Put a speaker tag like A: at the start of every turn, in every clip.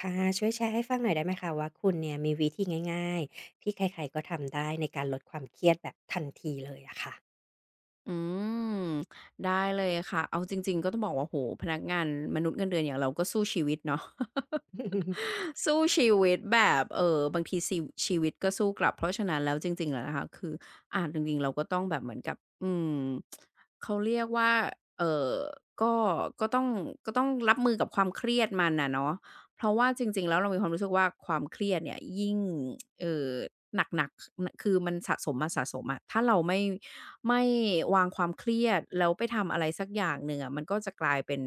A: ค่ะช่วยแชร์ให้ฟังหน่อยได้ไหมคะว่าคุณเนี่ยมีวิธีง่ายๆที่ใครๆก็ทำได้ในการลดความเครียดแบบทันทีเลยอะค่ะ
B: อืมได้เลยค่ะเอาจริงๆก็ต้องบอกว่าโหพนักงานมนุษย์เงินเดือนอย่างเราก็สู้ชีวิตเนาะ สู้ชีวิตแบบบางทีซีชีวิตก็สู้กลับเพราะฉะนั้นแล้วจริงๆแล้วนะคะคือจริงๆเราก็ต้องแบบเหมือนกับอืมเขาเรียกว่าเอ่อก็ก็ต้องก็ต้องรับมือกับความเครียดมันอะเนาะเพราะว่าจริงๆแล้วเรามีความรู้สึกว่าความเครียดเนี่ยยิ่งเอ่อหนักๆนคือมันสะสมมาสะสมอะถ้าเราไม่วางความเครียดแล้วไปทำอะไรสักอย่างหนึ่งอะมันก็จะกลายเป็น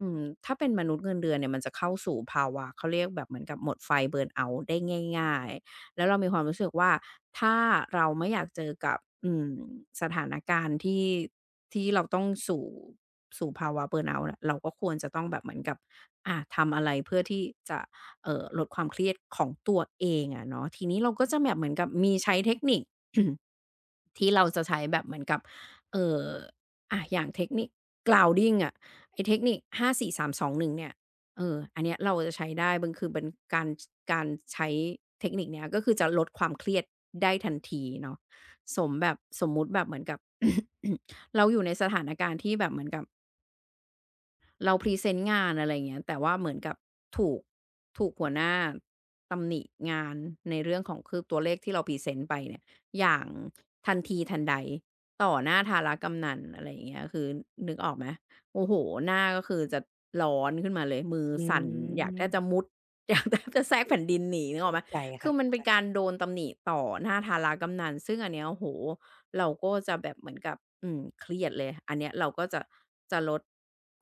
B: อืมถ้าเป็นมนุษย์เงินเดือนเนี่ยมันจะเข้าสู่ภาวะเขาเรียกแบบเหมือนกับหมดไฟเบิร์นเอาต์ได้ง่ายๆแล้วเรามีความรู้สึกว่าถ้าเราไม่อยากเจอกับอืมสถานการณ์ที่เราต้องสู่ภาวะเบิร์นเอาต์เนี่ยเราก็ควรจะต้องแบบเหมือนกับทำอะไรเพื่อที่จะลดความเครียดของตัวเองอะเนาะทีนี้เราก็จะแบบเหมือนกับมีใช้เทคนิค ที่เราจะใช้แบบเหมือนกับเอ่ออะอย่างเทคนิค grounding อะไอ้เทคนิค5 4 3 2 1เนี่ยเอออันเนี้ยเราจะใช้ได้มันคือเป็นการการใช้เทคนิคเนี้ยก็คือจะลดความเครียดได้ทันทีเนาะสมแบบสมมุติแบบเหมือนกับ เราอยู่ในสถานการณ์ที่แบบเหมือนกับ เราพรีเซนต์งานอะไรอย่างเงี้ยแต่ว่าเหมือนกับถูกถูกหัวหน้าตำหนิงานในเรื่องของคือตัวเลขที่เราพรีเซนต์ไปเนี่ยอย่างทันทีทันใดต่อหน้าทารกำนัลอะไรอย่างเงี้ยคือนึกออกไหมโอ้โฮหน้าก็คือจะร้อนขึ้นมาเลยมือ
A: อื
B: สั่นอยากแทบจะ
A: ม
B: มุด อยากแทบจะแทรกแผ่นดินหนีนึกอ
A: เข้า
B: อกไหม
A: ใจ
B: คื
A: ค่ะ
B: อมัน
A: เข้า
B: เป็นกา
A: ใจ
B: รโดนตำหนิต่อหน้าทารกำนัลซึ่งอันเนี้ยโอ้โฮ เราก็จะแบบเหมือนกับอืมเครียดเลยอันเนี้ยเราก็จะลด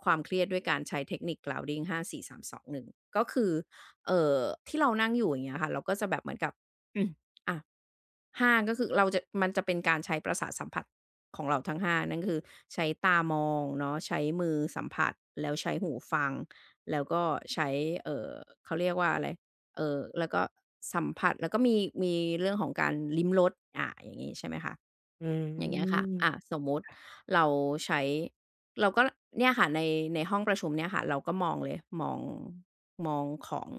B: ความเครียดด้วยการใช้เทคนิค grounding 5 4 3 2งหนึ่งก็คือเอ่อที่เรานั่งอยู่อย่างเงี้ยค่ะเราก็จะแบบเหมือนกับอืมอะ5ก็คือเราจะมันจะเป็นการใช้ประสาทสัมผัสของเราทั้ง5นั่นคือใช้ตามองเนาะใช้มือสัมผัสแล้วใช้หูฟังแล้วก็ใช้เอ่อเขาเรียกว่าอะไรแล้วก็สัมผัสแล้วก็มีเรื่องของการลิ้มรสอาอย่างงี้ใช่ไหมคะ
A: อื
B: อย่างเงี้ยค่ะอะ
A: ม
B: สมมุติเราใช้เราก็เนี่ยค่ะในห้องประชุมเนี่ยค่ะ เราก็มองเลยมองของ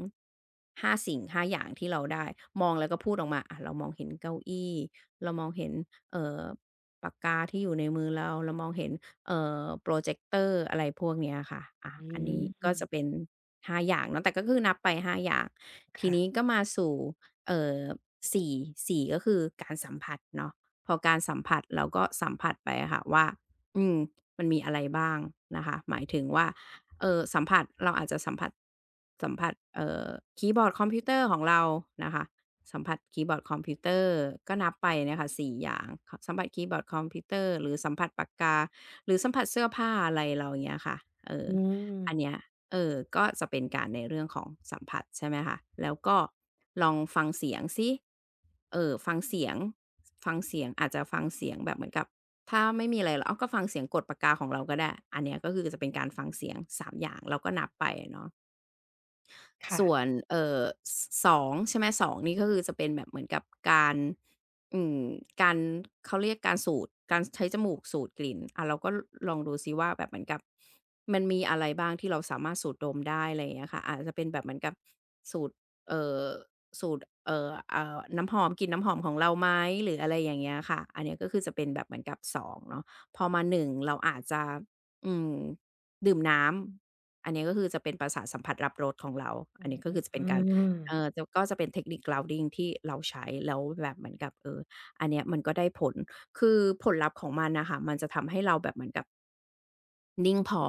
B: 5สิ่ง5อย่างที่เราได้ มองแล้วก็พูดออกมาอ่าเรามองเห็นเก้าอี้เรามองเห็นเอ่อปากกาที่อยู่ในมือเราเรามองเห็นโพรเจกเตอร์อะไรพวกเนี้ยค่ะอา
A: อื
B: อันนี้ก็จะ
A: ม
B: เป็นห้าอย่างเนาะแต่ก็คือนับไปห้าอย่างที
A: ค่ะ
B: นี้ก็มาสู่เอ่อสี่สี่ก็คือการสัมผัสเนาะ พอการสัมผัสเราก็สัมผัสไปอะค่ะว่าอืมมันมีอะไรบ้างนะคะหมายถึงว่าสัมผัสเราอาจจะสัมผัสคีย์บอร์ดคอมพิวเตอร์ของเรานะคะสัมผัสคีย์บอร์ดคอมพิวเตอร์ก็นับไปเนี่ยค่ะ4อย่างคสัมผัสคีย์บอร์ดคอมพิวเตอร์หรือสัมผัสปากกาหรือสัมผัสเสื้อผ้าอะไรเราอย่างเงี้ยค่ะเออ
A: อืม
B: อันเนี้ย เออก็จะเป็นการในเรื่องของสัมผัสใช่ไหมคะ แล้วก็ลองฟังเสียงสิฟังเสียง ฟังเสียงอาจจะฟังเสียงแบบเหมือนกับถ้าไม่มีอะไรแล้วอ้าวก็ฟังเสียงกดปากกาของเราก็ได้ อันเนี้ยก็คือจะเป็นการฟังเสียง3อย่างเราก็นับไปอะเนาะ
A: ค่ะ
B: ส่วนส2ใช่ไหม2นี่ก็คือจะเป็นแบบเหมือนกับการอืมการเขาเรียกการสูดการใช้จมูกสูดกลิ่นอะเราก็ลองดูซิว่าแบบเหมือนกับมันมีอะไรบ้างที่เราสามารถสูดดมได้อะไรอย่างเงี้ยค่ะอาจจะเป็นแบบเหมือนกับสูดเอ่อสูดอ่าน้ำหอมกลิ่นน้ำหอมของเราไหมหรืออะไรอย่างเงี้ยค่ะอันเนี้ยก็คือจะเป็นแบบเหมือนกับสองเนาะพอมา1เราอาจจะอืมดื่มน้ำ อันนี้ก็คือจะเป็นประสาทสัมผัสรับรสของเรา อันนี้ก็
A: อื
B: คือจะเป็นการ
A: ม
B: เอ่อจะก็จะเป็นเทคนิค grounding ที่เราใช้แล้วแบบเหมือนกับอันเนี้ยมันก็ได้ผล คือผลลัพธ์ของมันน่ะค่ะมันจะทำให้เราแบบเหมือนกับนิ่งพอ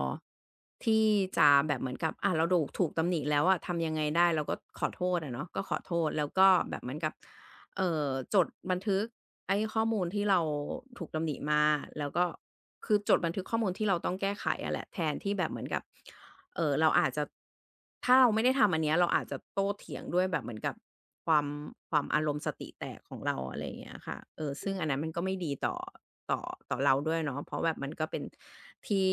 B: ที่จะแบบเหมือนกับอะเราดูกถูกตำหนิแล้วอะทำยังไงได้เราก็ขอโทษอะเนาะก็ขอโทษแล้วก็แบบเหมือนกับ จดบันทึกไอ้ข้อมูลที่เราถูกตำหนิมาแล้วก็คือจดบันทึกข้อมูลที่เราต้องแก้ไขอะแหละแทนที่แบบเหมือนกับเราอาจจะถ้าเราไม่ได้ทำอันเนี้ยเราอาจจะโต้เถียงด้วยแบบเหมือนกับความความอารมณ์สติแตกของเราอะไรอย่างเงี้ยค่ะเออซึ่งอันนั้นมันก็ไม่ดีต่อต่อเราด้วยเนาะเพราะแบบมันก็เป็นที่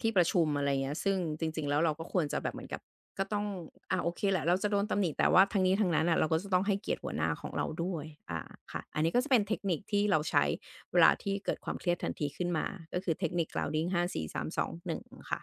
B: ที่ประชุมอะไรเงี้ยซึ่งจริงๆแล้วเราก็ควรจะแบบเหมือนกับ ก็ต้อง อ่าโอเคแหละ เราจะโดนตำหนิแต่ว่าทั้งนี้ทั้งนั้นน่ะเราก็จะต้องให้เกียรติหัวหน้าของเราด้วยอาค่ะอันนี้ก็จะเป็นเทคนิคที่เราใช้เวลาที่เกิดความเครียดทันทีขึ้นมา ก็คือเทคนิค grounding 5 4 3 2 1ค่ะ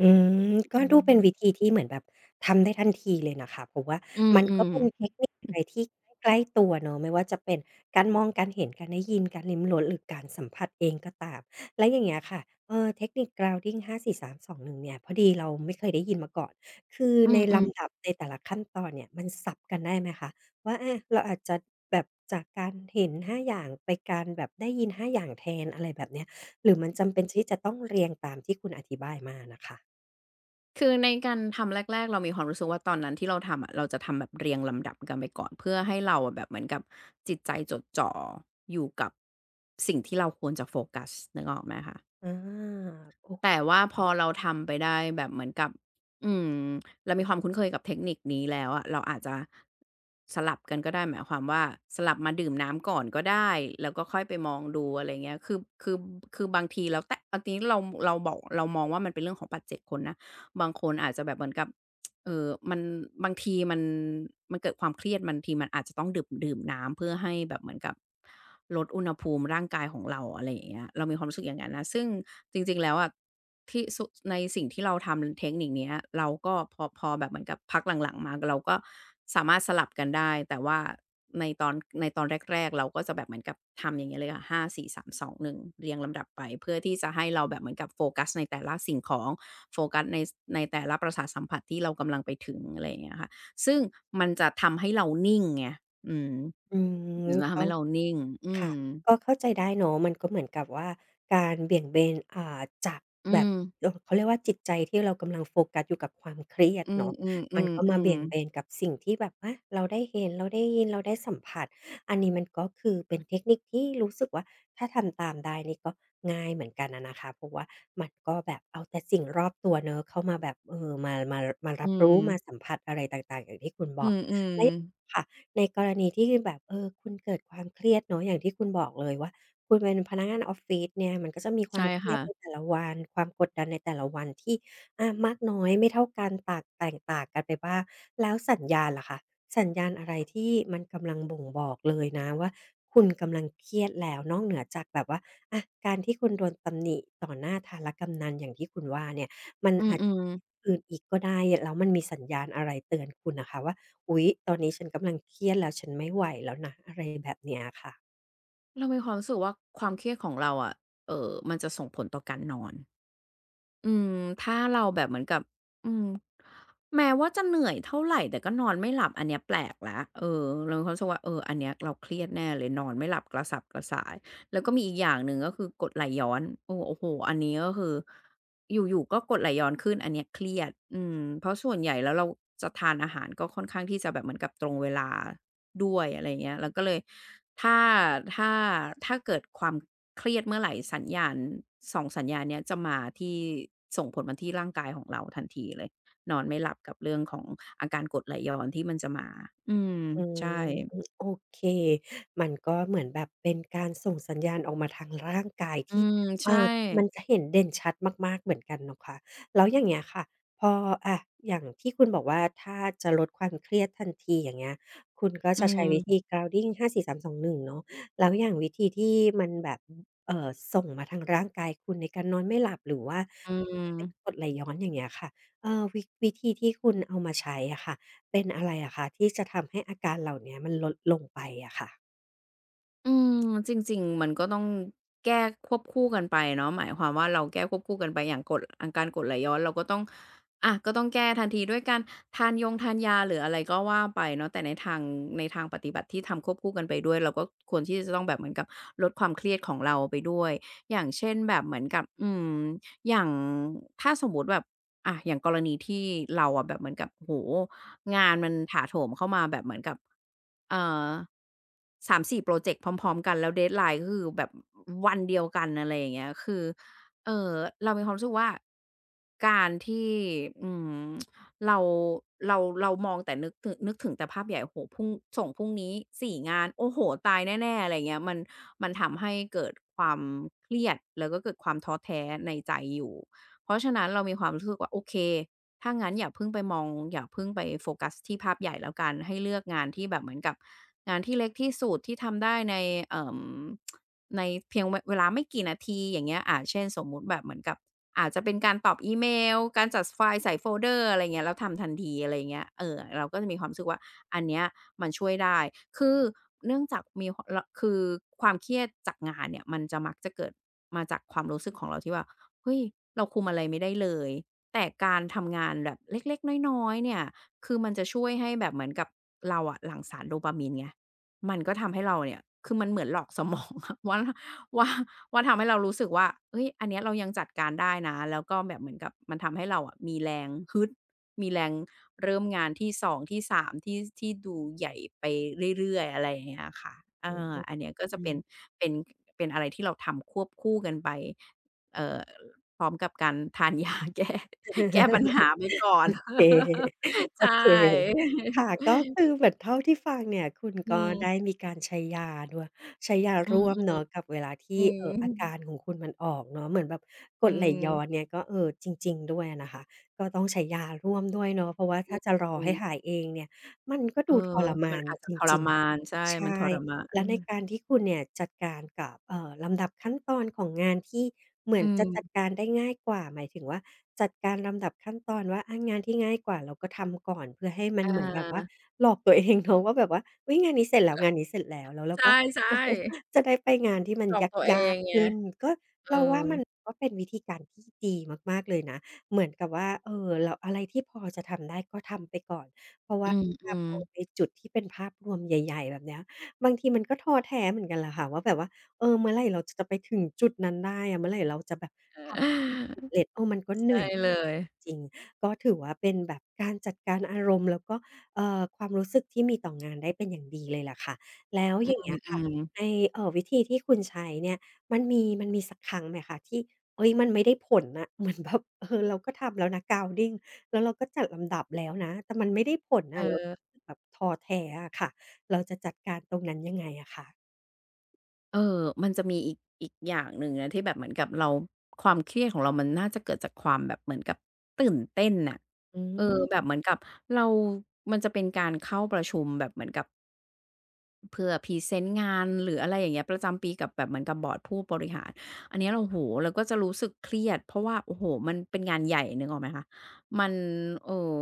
A: อืมก็
B: อื
A: ดูเป็นวิธีที่เหมือนแบบทำได้ทันทีเลยนะคะเพราะว่า
B: ม
A: มัน
B: อื
A: ก็
B: ม
A: เป็น
B: ๆ
A: เทคนิคอะไรที่ใกล้ๆตัวเนาะไม่ว่าจะเป็นการมองการเห็นการได้ยินการลิ้มรสหรือการสัมผัสเองก็ตามแล้วอย่างเงี้ยค่ะเทคนิค grounding 5 4 3 2 1เนี่ยพอดีเราไม่เคยได้ยินมาก่อนคือ
B: อื
A: ใน
B: ม
A: ลำดั
B: ๆ
A: บในแต่ละขั้นตอนเนี่ยมันสับกันได้ไหมคะว่าอาเราอาจจะแบบจากการเห็นห้าอย่างไปการแบบได้ยินห้าอย่างแทนอะไรแบบเนี้ยหรือมันจำเป็นที่จะต้องเรียงตามที่คุณอธิบายมาน่ะค่ะ
B: คือในการทำแรกๆ เรามีความรู้สึกว่าตอนนั้นที่เราทำอะเราจะทำแบบเรียงลำดับกันไปก่อน เพื่อให้เราอะแบบเหมือนกับจิตใจจดจ่ออยู่กับสิ่งที่เราควรจะโฟกัสนึกออกไหมคะ
A: อาโอ้
B: แต่ว่าพอเราทำไปได้แบบเหมือนกับอืมเรามีความคุ้นเคยกับเทคนิคนี้แล้วอะเราอาจจะสลับกันก็ได้หมายความว่าสลับมาดื่มน้ำก่อนก็ได้แล้วก็ค่อยไปมองดูอะไรเงี้ยคือบางทีแล้วแต่อันนี้เราบอกเรามองว่ามันเป็นเรื่องของปัจเจกคนนะบางคนอาจจะแบบเหมือนกับ มันบางทีมันมันเกิดความเครียดบางทีมันอาจจะต้องดื่มน้ำเพื่อให้แบบเหมือนกับลดอุณหภูมิร่างกายของเราอะไรอย่างเงี้ยเรามีความรู้สึกอย่างงั้นนะซึ่งจริงๆแล้วอะที่สุในสิ่งที่เราทำเทคนิคเนี้ยเราก็พอแบบเหมือนกับพักหลังๆมาเราก็สามารถสลับกันได้แต่ว่าในตอนในตอนแรกๆเราก็จะแบบเหมือนกับทำอย่างเงี้ยเลยค่ะหาสี่สามสองหนึ่งเรียงลำดับไปเพื่อที่จะให้เราแบบเหมือนกับโฟกัสในแต่ละสิ่งของ โฟกัสในในแต่ละประสาทสัมผัสที่เรากำลังไปถึงอะไรอย่างเงี้ยค่ะซึ่งมันจะทำให้เรานิ่งไงอืม
A: อื
B: มั
A: ม
B: นจะทำ
A: ก็
B: ให้เรานิ่งอื
A: ค่ะ
B: ม
A: ก็เข้าใจได้เนาะมันก็เหมือนกับว่าการเบี่ยงเบนอ่าจาก
B: อื
A: แบบ
B: ม
A: เขาเรียกว่าจิตใจที่เรากำลังโฟกัสอยู่กับความเครียด
B: อ
A: เนาะ
B: ือ
A: มันก็มาเบี่ยง
B: ๆๆ
A: เบ
B: ๆ
A: นกับสิ่งที่แบบอาเราได้เห็นเราได้ยินเราได้สัมผัสอันนี้มันก็คือเป็นเทคนิคที่รู้สึกว่าถ้าทำตามได้นี่ก็ง่ายเหมือนกันอะนะคะเพราะว่ามันก็แบบเอาแต่สิ่งรอบตัวเนาะเข้ามาแบบเออมามา
B: อื
A: รับ
B: ม
A: รู้มาสัมผัสอะไรต่างๆอย่างที่คุณบ
B: อื
A: อก
B: ม
A: และ
B: ๆ
A: ค่ะ ในกรณีที่แบบเออคุณเกิดความเครียดเนาะอย่างที่คุณบอกเลยว่าคุณเป็นพนักงานออฟฟิศเนี่ยมันก็จะมีควา
B: ใช่
A: มเครียด
B: ค่ะ
A: ในแต่ละวันความกดดันในแต่ละวันที่อามากน้อยไม่เท่ากันตากแตกต่างกันไปบ้างแล้วสัญญาณล่ะคะสัญญาณอะไรที่มันกำลังบ่งบอกเลยนะว่าคุณกำลังเครียดแล้วนอกเหนือจากแบบว่าอาการที่คุณโดนตำหนิต่อหน้าทารกำนันอย่างที่คุณว่าเนี่ยมัน
B: อื
A: อาจ
B: มๆ
A: อื่นอีกก็ได้แล้วมันมีสัญญาณอะไรเตือนคุณน่ะคะว่า อุ๊ยตอนนี้ฉันกำลังเครียดแล้วฉันไม่ไหวแล้วนะอะไรแบบเนี้ยค่ะ
B: เรามีความรู้สึกว่าความเครียดของเราอะมันจะส่งผลต่อการนอน อืมถ้าเราแบบเหมือนกับอืมแม้ว่าจะเหนื่อยเท่าไรแต่ก็นอนไม่หลับอันเนี้ยแปลกแล้วเออเรามีความรู้สึกว่าเอออันเนี้ยเราเครียดแน่เลยนอนไม่หลับกระสับกระส่ายแล้วก็มีอีกอย่างหนึ่งก็คือกรดไหลย้อนโอ้โอ้โฮอันนี้ก็คือ อยู่ๆก็กรดไหลย้อนขึ้นอันเนี้ยเครียดอืมเพราะส่วนใหญ่แล้วเราจะทานอาหารก็ค่อนข้างที่จะแบบเหมือนกับตรงเวลาด้วยอะไรอย่างเงี้ยเราก็เลยถ้าถ้าถ้าเกิดความเครียดเมื่อไหรสัญญาณสองสัญญาณเนี้ยจะมาที่ส่งผลมาที่ร่างกายของเราทันทีเลยนอนไม่หลับกับเรื่องของอาการกรดไหลย้อนที่มันจะมาอืม
A: อื
B: ใช่
A: มโอเคมันก็เหมือนแบบเป็นการส่งสัญญาณออกมาทางร่างกาย
B: อื
A: ที่
B: มใช่
A: อ่ามันจะเห็นเด่นชัดมากๆเหมือนกันเนาะค่ะ แล้วอย่างเงี้ยค่ะพออะอย่างที่คุณบอกว่าถ้าจะลดความเครียดทันทีอย่างเงี้ยคุณก็
B: อื
A: จะใช้
B: ม
A: วิธี grounding 5 4 3 2 1เนาะแล้วอย่างวิธีที่มันแบบเอ่อส่งมาทางร่างกายคุณในการนอนไม่หลับหรือว่า
B: อื
A: เป็นก
B: ม
A: รดไหลย้อนอย่างเงี้ยค่ะเอ่อวิธีที่คุณเอามาใช้อะค่ะเป็นอะไรอะคะที่จะทำให้อาการเหล่าเนี้ยมันลดลงไปอะค่ะ
B: อืมจริงๆมันก็ต้องแก้ควบคู่กันไปเนาะหมายความว่าเราแก้ควบคู่กันไปอย่างกรดอาการกรดไหลย้อนเราก็ต้องอะก็ต้องแก้ทันทีด้วยการทานยาหรืออะไรก็ว่าไปเนาะแต่ในทางปฏิบัติที่ทำควบคู่กันไปด้วยเราก็ควรที่จะต้องแบบเหมือนกับลดความเครียดของเราไปด้วยอย่างเช่นแบบเหมือนกับอืมอย่างถ้าสมมุติแบบอะอย่างกรณีที่เราอะแบบเหมือนกับโอ้โฮ งานมันถาโถมเข้ามาแบบเหมือนกับเอ่อ3-4ปรเจกต์พร้อมๆกันแล้ว deadline ก็คือแบบวันเดียวกันอะไรอย่างเงี้ยคือ เอ่อเรามีความรู้สึกว่าการที่อืมเรามองแต่นึกถึงแต่ภาพใหญ่โอ้โฮพรุ่งส่งพรุ่งนี้4งานโอ้โฮตายแน่ๆอะไรอย่างเงี้ยมันทำให้เกิดความเครียดแล้วก็เกิดความท้อแท้ในใจอยู่เพราะฉะนั้นเรามีความรู้สึกว่าโอเค ถ้างั้นอย่าเพิ่งไปมองอย่าเพิ่งไปโฟกัสที่ภาพใหญ่แล้วกันให้เลือกงานที่แบบเหมือนกับงานที่เล็กที่สุดที่ทำได้ในเอ่อในเพียงวเวลาไม่กี่นาทีอย่างเงี้ยเช่นสมมุติแบบเหมือนกับอาจจะเป็นการตอบอีเมลการจัดไฟล์ใส่โฟลเดอร์อะไรเงี้ยแล้วทำทันทีอะไรอย่างเงี้ยเออเราก็จะมีความรู้สึกว่าอันเนี้ยมันช่วยได้คือเนื่องจากมีหรคือความเครียดจากงานเนี่ยมันจะมักจะเกิดมาจากความรู้สึกของเราที่ว่าเฮ้ยเราคุมอะไรไม่ได้เลย แต่การทำงานแบบเล็กๆน้อยๆเนี่ยคือมันจะช่วยให้แบบเหมือนกับเราอะหลั่งสารโดปามินไงมันก็ทำให้เราเนี่ยคือมันเหมือนหลอกสมอง อะว่าว่าทำให้เรารู้สึกว่าเฮ้ยอันเนี้ยเรายังจัดการได้นะแล้วก็แบบเหมือนกับมันทำให้เราอะมีแรงฮึดมีแรงเริ่มงานที่สองที่สามที่ดูใหญ่ไปเรื่อยๆอะไรอย่างเงี้ยค่ะเอ
A: อืม
B: ออันเนี้ยก็จะ
A: อื
B: เป็
A: ม
B: นเป็นเป็นอะไรที่เราทำควบคู่กันไปเอ่อพร้อมกับการทาน ยาแก้ แก้ปัญหาไปก่อน
A: โอเค โอ
B: ใช
A: เค
B: ่
A: ค่ะก็คือเหมือนเท่าที่ฟังเนี่ยคุณ
B: อื
A: ก็ได้
B: ม
A: มีการใช้ยาด้วยใช้ยา
B: อื
A: ร่วม
B: ม
A: เนาะกับเวลาที่
B: อื
A: เอ่อ
B: ม
A: อาการของคุณมันออกเนาะเหมือนแบบกร
B: อื
A: ดไหลย้อน
B: ม
A: เนี่ยก็เอ่อจริงๆด้วยอะนะคะก็ต้องใช้ยาร่วมด้วยเนาะเพราะว่าถ้าจะรอ
B: อื
A: ให้หา
B: ม
A: ยเองเนี่ยมันก็
B: เออ
A: ดูทรมา
B: มัน
A: น
B: อาจ
A: จ
B: จะทร
A: ริง
B: มานใช่
A: ๆ
B: มัน
A: ใช่
B: ทรมาน
A: แล้วในการที่คุณเนี่ยจัดการกับเอ่อลำดับขั้นตอนของงานที่เหมือ
B: อื
A: นจะจัด
B: ม
A: การได้ง่ายกว่าหมายถึงว่าจัดการลำดับขั้นตอนว่าอางานที่ง่ายกว่าเราก็ทำก่อนเพื่อให้มัน
B: อ
A: เหมือนแบบว่า
B: า
A: หลอกตัวเองเนาะว่าแบบว่า อุ๊ยงานนี้เสร็จแล้วงานนี้เสร็จแล้วแล้ว
B: ใ
A: เราก็
B: ช่
A: เออ
B: ๆ
A: จะได้ไปงานที่มัน
B: หลอกตัวเอ
A: ยา
B: ง
A: กๆ
B: ไง
A: ขึ้นก็
B: เออ
A: เราว่ามันก็เป็นวิธีการที่ดีมากๆเลยนะเหมือนกับว่าเออเราอะไรที่พอจะทำได้ก็ทำไปก่อนเพราะว่า
B: อื
A: ถ้ามอง
B: ม
A: ในจุดที่เป็นภาพรวมใหญ่ๆแบบเนี้ย บางทีมันก็ท้อแท้เหมือนกันแหละค่ะว่าแบบว่าเออเมื่อไหร่เราจะไปถึงจุดนั้นได้อะเมื่อไหร่เราจะแบบ
B: ๆ
A: ท
B: เออ
A: ำสำ เร็จเออมันก็เหนื่
B: ใช่
A: อย
B: เลย
A: จริงก็ถือว่าเป็นแบบการจัดการอารมณ์แล้วก็ความรู้สึกที่มีต่องานได้เป็นอย่างดีเลยล่ะค่ะแล้วอย่างเงี้ย
B: อื
A: ค่ะใน
B: ม
A: วิธีที่คุณใช้เนี่ยมันมีสักครั้งไหมคะที่เฮ้ยมันไม่ได้ผลน่ะ เหมือนแบบเออเราก็ทำแล้วนะ grounding แล้วเราก็จัดลำดับแล้วนะแต่มันไม่ได้ผล
B: เอ
A: น่ะเรา
B: อ
A: รู้สึกแบบท้อแท้อะค่ะ เราจะจัดการตรงนั้นยังไงอะคะ
B: เออมันจะมีอีกอย่างหนึ่งนะที่แบบเหมือนกับเราความเครียดของเรามันน่าจะเกิดจากความแบบเหมือนกับตื่นเต้นน่ะ
A: อื
B: เออ
A: ม
B: แบบเหมือนกับเรามันจะเป็นการเข้าประชุมแบบเหมือนกับเพื่อพรีเซนต์งานหรืออะไรอย่างเงี้ยประจำปีกับแบบเหมือนกับบอร์ดผู้บริหารอันเนี้ยเราโอ้โฮเราก็จะรู้สึกเครียดเพราะว่าโอ้โฮมันเป็นงานใหญ่นึกออกไหมคะมันเอ่อ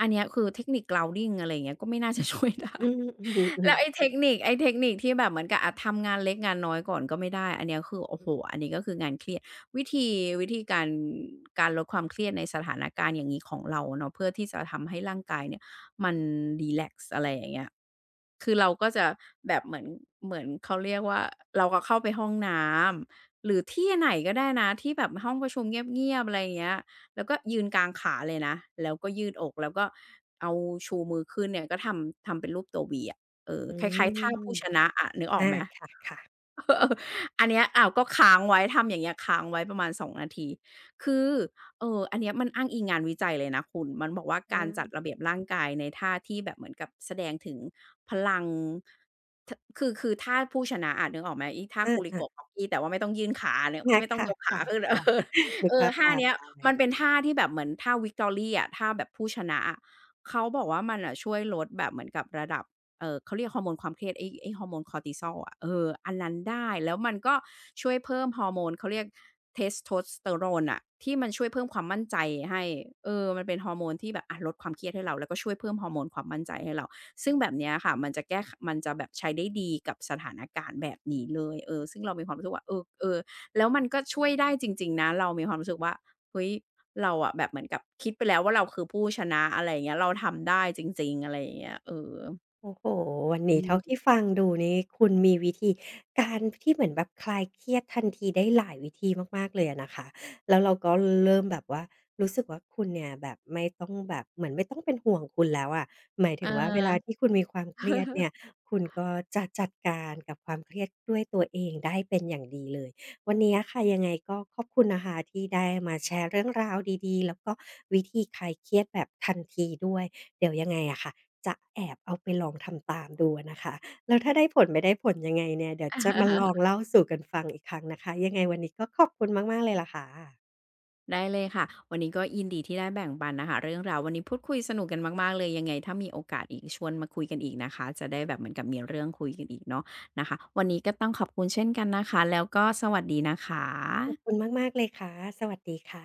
B: อันเนี้ยคือเทคนิค grounding อะไรอย่างเงี้ยก็ไม่น่าจะ ช่วยได้
A: อืม อืออื ม
B: แล้วไอ้เทคนิคที่แบบเหมือนกับอะทำงานเล็กงานน้อยก่อนก็ไม่ได้อันเนี้ยคือโอ้โฮอันนี้ก็คืองานเครียดวิธีวิธีการลดความเครียดในสถานการณ์อย่างงี้ของเราเนาะเพื่อที่จะทำให้ร่างกายเนี่ยมันรีแลกซ์อะไรอย่างเงี้ยคือเราก็จะแบบเหมือนเขาเรียกว่าเราก็เข้าไปห้องน้ำหรือที่ไหนก็ได้นะที่แบบห้องประชุมเงียบๆอะไรอย่างเงี้ยแล้วก็ยืนกางขาเลยนะแล้วก็ยืดอกแล้วก็เอาชูมือขึ้นเนี่ยก็ทำเป็นรูปตัว V อะ เออ
A: อื
B: คล้ายๆท่า
A: ม
B: ผู้ชนะอะนึกออ
A: อา
B: กไหม
A: ค่ะ
B: เออ อันเนี้ยอ้าวก็ค้างไว้ทำอย่างเงี้ยค้างไว้ประมาณสองนาทีคืออันเนี้ยมันอ้างอิงงานวิจัยเลยนะคุณมันบอกว่า
A: ๆ
B: การจัด
A: อา
B: ระเบียบร่างกายในท่าที่แบบเหมือนกับแสดงถึงพลังทคือท่าผู้ชนะอะนึกออกไหมไอ้ท่า
A: อ
B: กูลิ
A: า
B: โกะ
A: ๆ
B: บ็อีแต่ว่าไม่ต้องยื่นขาเนี่ย
A: อา
B: ไม่ต้องยกขา
A: ค่ะ
B: ขึ้น เออ
A: ๆนึก
B: เออ
A: ภาพ
B: ท่า
A: ตาม
B: เนี้ย
A: เล
B: มั
A: ย
B: นเป็นท่าที่แบบเหมือนท่า Victory อะท่าแบบผู้ชนะอะเขาบอกว่ามันน่ะช่วยลดแบบเหมือนกับระดับ เออเขาเรียกฮอร์โมนความเครียดไอ้ฮอร์โมนคอร์ติซอลอะเอออันนั้นได้แล้วมันก็ช่วยเพิ่มฮอร์โมนเขาเรียก Testosterone น่ะที่มันช่วยเพิ่มความมั่นใจให้เออมันเป็นฮอร์โมนที่แบบอะลดความเครียดให้เราแล้วก็ช่วยเพิ่มฮอร์โมนความมั่นใจให้เราซึ่งแบบเนี้ยค่ะมันจะแก้ขมันจะแบบใช้ได้ดีกับสถานการณ์แบบนี้เลยเออซึ่งเรามีความรู้สึกว่าเออเออแล้วมันก็ช่วยได้จริงๆนะเรามีความรู้สึกว่าเฮ้ยเราอะแบบเหมือนกับคิดไปแล้วว่าเราคือผู้ชนะอะไรอย่างเงี้ยเราทำได้จริงๆอะไรอย่างเงี้ยเออ
A: โอ้โฮวันนี้
B: อื
A: เท่า
B: ม
A: ที่ฟังดูนี่คุณมีวิธีการที่เหมือนแบบคลายเครียดทันทีได้หลายวิธีมากๆเลยอะนะคะแล้วเราก็เริ่มแบบว่ารู้สึกว่าคุณเนี่ยแบบไม่ต้องแบบเหมือนไม่ต้องเป็นห่วงคุณแล้วอะหมาย
B: เอ
A: ถึ
B: อ
A: งว่าเวลาที่คุณมีความเครียดเนี่ย คุณก็จะจัดการกับความเครียดด้วยตัวเองได้เป็นอย่างดีเลยวันนี้อะค่ะยังไงก็ขอบคุณนะคะที่ได้มาแชร์เรื่องราวดีๆแล้วก็วิธีคลายเครียดแบบทันทีด้วย เดี๋ยวยังไงอะค่ะจะแอบเอาไปลองทำตามดูอะนะคะแล้วถ้าได้ผลไม่ได้ผลยังไงเนี่ยเดี๋ยวจะมาลองเล่าสู่กันฟังอีกครั้งนะคะยังไงวันนี้ก็ขอบคุณมากๆเลยล่ะค่ะ
B: ได้เลยค่ะวันนี้ก็ยินดีที่ได้แบ่งปันนะคะเรื่องราววันนี้พูดคุยสนุกกันมากๆเลยยังไงถ้ามีโอกาสอีกชวนมาคุยกันอีกนะคะจะได้แบบเหมือนกับมีเรื่องคุยกันอีกเนาะนะคะวันนี้ก็ต้องขอบคุณเช่นกันนะคะแล้วก็สวัสดีนะคะ
A: ขอบคุณมากๆเลยค่ะสวัสดีค่ะ